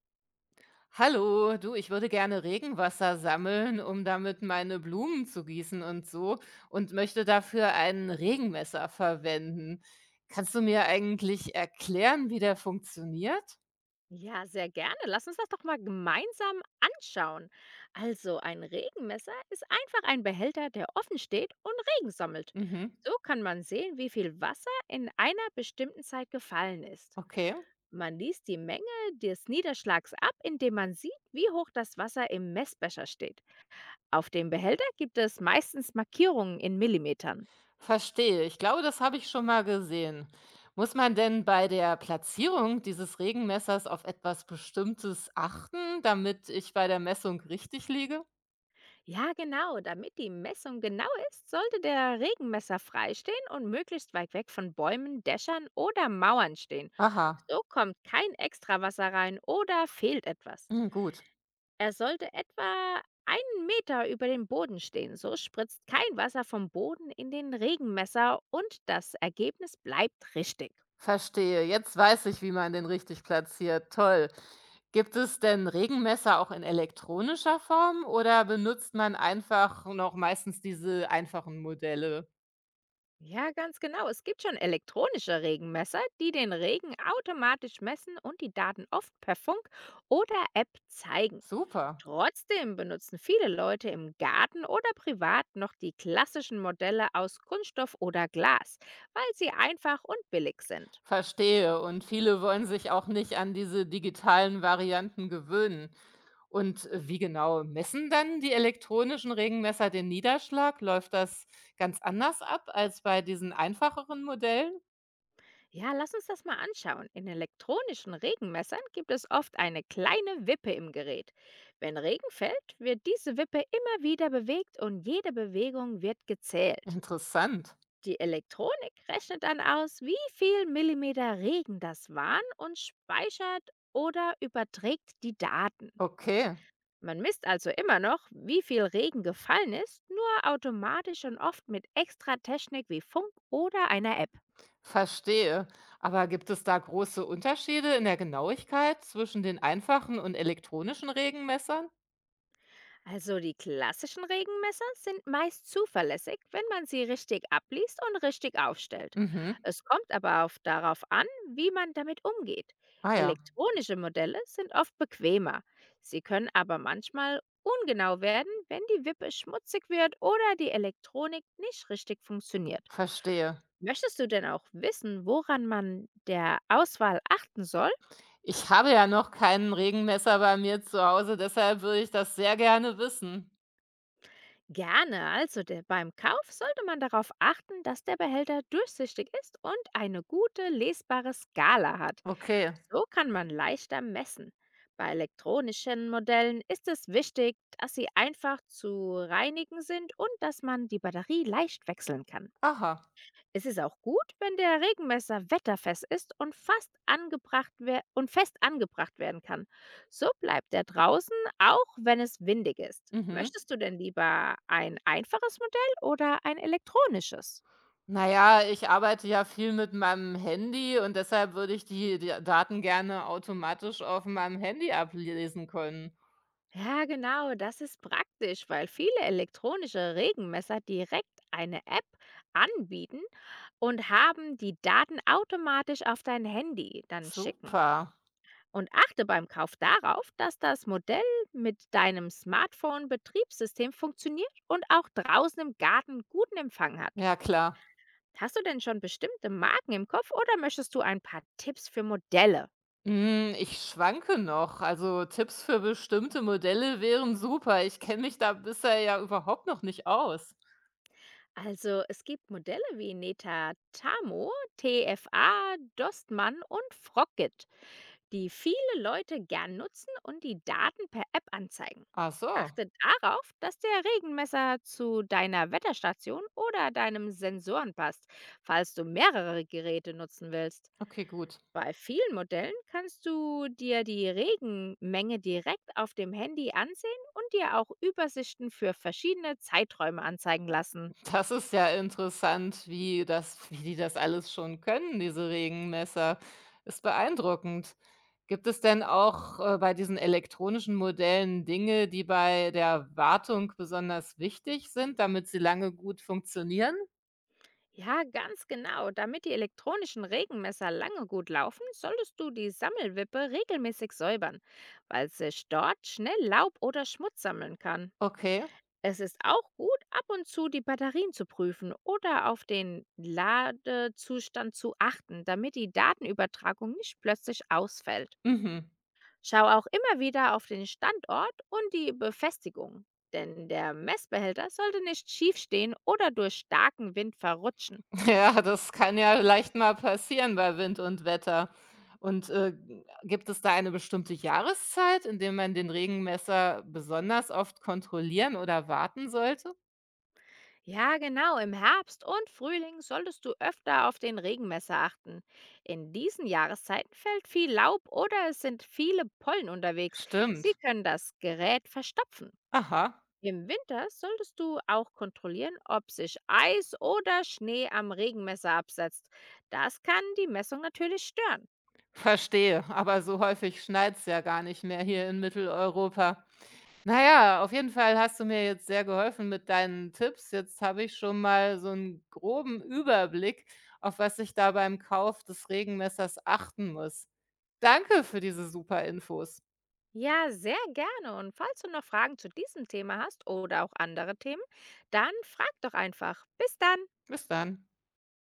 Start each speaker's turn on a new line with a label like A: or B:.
A: Hallo, du, ich würde gerne Regenwasser sammeln, um damit meine Blumen zu gießen und so und möchte dafür ein Regenmesser verwenden. Kannst du mir eigentlich erklären, wie der funktioniert?
B: Ja, sehr gerne. Lass uns das doch mal gemeinsam anschauen. Also, ein Regenmesser ist einfach ein Behälter, der offen steht und Regen sammelt.
A: Mhm.
B: So kann man sehen, wie viel Wasser in einer bestimmten Zeit gefallen ist.
A: Okay,
B: Man liest die Menge des Niederschlags ab, indem man sieht, wie hoch das Wasser im Messbecher steht. Auf dem Behälter gibt es meistens Markierungen in Millimetern.
A: verstehe. Ich glaube, das habe ich schon mal gesehen. Muss man denn bei der Platzierung dieses Regenmessers auf etwas Bestimmtes achten, damit ich bei der Messung richtig liege?
B: Ja, genau. Damit die Messung genau ist, sollte der Regenmesser freistehen und möglichst weit weg von Bäumen, Dächern oder Mauern stehen.
A: Aha.
B: So kommt kein Extrawasser rein oder fehlt etwas.
A: Hm, gut.
B: Er sollte etwa einen Meter über dem Boden stehen. So spritzt kein Wasser vom Boden in den Regenmesser und das Ergebnis bleibt richtig.
A: Verstehe. Jetzt weiß ich, wie man den richtig platziert. Toll. Gibt es denn Regenmesser auch in elektronischer Form oder benutzt man einfach noch meistens diese einfachen Modelle?
B: Ja, ganz genau. Es gibt schon elektronische Regenmesser, die den Regen automatisch messen und die Daten oft per Funk oder App zeigen.
A: Super.
B: Trotzdem benutzen viele Leute im Garten oder privat noch die klassischen Modelle aus Kunststoff oder Glas, weil sie einfach und billig sind.
A: Verstehe. Und viele wollen sich auch nicht an diese digitalen Varianten gewöhnen. Und wie genau messen dann die elektronischen Regenmesser den Niederschlag? Läuft das ganz anders ab als bei diesen einfacheren Modellen?
B: Ja, lass uns das mal anschauen. In elektronischen Regenmessern gibt es oft eine kleine Wippe im Gerät. Wenn Regen fällt, wird diese Wippe immer wieder bewegt und jede Bewegung wird gezählt.
A: Interessant.
B: Die Elektronik rechnet dann aus, wie viel Millimeter Regen das waren und speichert oder überträgt die Daten.
A: Okay.
B: Man misst also immer noch, wie viel Regen gefallen ist, nur automatisch und oft mit extra Technik wie Funk oder einer App.
A: Verstehe. Aber gibt es da große Unterschiede in der Genauigkeit zwischen den einfachen und elektronischen Regenmessern?
B: Also die klassischen Regenmesser sind meist zuverlässig, wenn man sie richtig abliest und richtig aufstellt.
A: Mhm.
B: Es kommt aber darauf an, wie man damit umgeht.
A: Ah ja,
B: Elektronische Modelle sind oft bequemer. Sie können aber manchmal ungenau werden, wenn die Wippe schmutzig wird oder die Elektronik nicht richtig funktioniert.
A: verstehe.
B: Möchtest du denn auch wissen, woran man der Auswahl achten soll?
A: Ich habe ja noch keinen Regenmesser bei mir zu Hause, deshalb würde ich das sehr gerne wissen.
B: Gerne, beim Kauf sollte man darauf achten, dass der Behälter durchsichtig ist und eine gute lesbare Skala hat.
A: Okay.
B: So kann man leichter messen. Bei elektronischen Modellen ist es wichtig, dass sie einfach zu reinigen sind und dass man die Batterie leicht wechseln kann.
A: Aha.
B: Es ist auch gut, wenn der Regenmesser wetterfest ist und fast angebracht wer und fest angebracht werden kann. So bleibt er draußen, auch wenn es windig ist.
A: Mhm.
B: Möchtest du denn lieber ein einfaches Modell oder ein elektronisches?
A: Naja, ich arbeite ja viel mit meinem Handy und deshalb würde ich die Daten gerne automatisch auf meinem Handy ablesen können.
B: Ja, genau, das ist praktisch, weil viele elektronische Regenmesser direkt eine App anbieten und haben die Daten automatisch auf dein Handy dann schicken.
A: Super.
B: Und achte beim Kauf darauf, dass das Modell mit deinem Smartphone-Betriebssystem funktioniert und auch draußen im Garten guten Empfang hat.
A: Ja, klar.
B: Hast du denn schon bestimmte Marken im Kopf oder möchtest du ein paar Tipps für Modelle?
A: Hm, ich schwanke noch. Also, Tipps für bestimmte Modelle wären super. Ich kenne mich da bisher ja überhaupt noch nicht aus.
B: Also es gibt Modelle wie Neta Tamo, TFA, Dostmann und Froggit, die viele Leute gern nutzen und die Daten per App anzeigen.
A: Ach so,
B: Achte darauf, dass der Regenmesser zu deiner Wetterstation oder deinem Sensoren passt, falls du mehrere Geräte nutzen willst.
A: okay, gut.
B: Bei vielen Modellen kannst du dir die Regenmenge direkt auf dem Handy ansehen und dir auch Übersichten für verschiedene Zeiträume anzeigen lassen.
A: Das ist ja interessant, wie das wie die das alles schon können, diese Regenmesser. Ist beeindruckend. Gibt es denn auch, bei diesen elektronischen Modellen Dinge, die bei der Wartung besonders wichtig sind, damit sie lange gut funktionieren?
B: Ja, ganz genau. Damit die elektronischen Regenmesser lange gut laufen, solltest du die Sammelwippe regelmäßig säubern, weil sich dort schnell Laub oder Schmutz sammeln kann.
A: Okay.
B: Es ist auch gut, ab und zu die Batterien zu prüfen oder auf den Ladezustand zu achten, damit die Datenübertragung nicht plötzlich ausfällt.
A: Mhm.
B: Schau auch immer wieder auf den Standort und die Befestigung, denn der Messbehälter sollte nicht schief stehen oder durch starken Wind verrutschen.
A: Ja, das kann ja leicht mal passieren bei Wind und Wetter. Und, äh, Gibt es da eine bestimmte Jahreszeit, in der man den Regenmesser besonders oft kontrollieren oder warten sollte?
B: Ja, genau. Im Herbst und Frühling solltest du öfter auf den Regenmesser achten. In diesen Jahreszeiten fällt viel Laub oder es sind viele Pollen unterwegs. Sie
A: Stimmt.
B: können das Gerät verstopfen.
A: Aha,
B: Im Winter solltest du auch kontrollieren, ob sich Eis oder Schnee am Regenmesser absetzt. Das kann die Messung natürlich stören.
A: verstehe. Aber so häufig schneit's ja gar nicht mehr hier in Mitteleuropa. Na ja, auf jeden Fall hast du mir jetzt sehr geholfen mit deinen Tipps. Jetzt habe ich schon mal so einen groben Überblick, auf was ich da beim Kauf des Regenmessers achten muss. Danke für diese super Infos.
B: Ja, sehr gerne. Und falls du noch Fragen zu diesem Thema hast oder auch andere Themen, dann frag doch einfach. Bis dann!
A: Bis dann.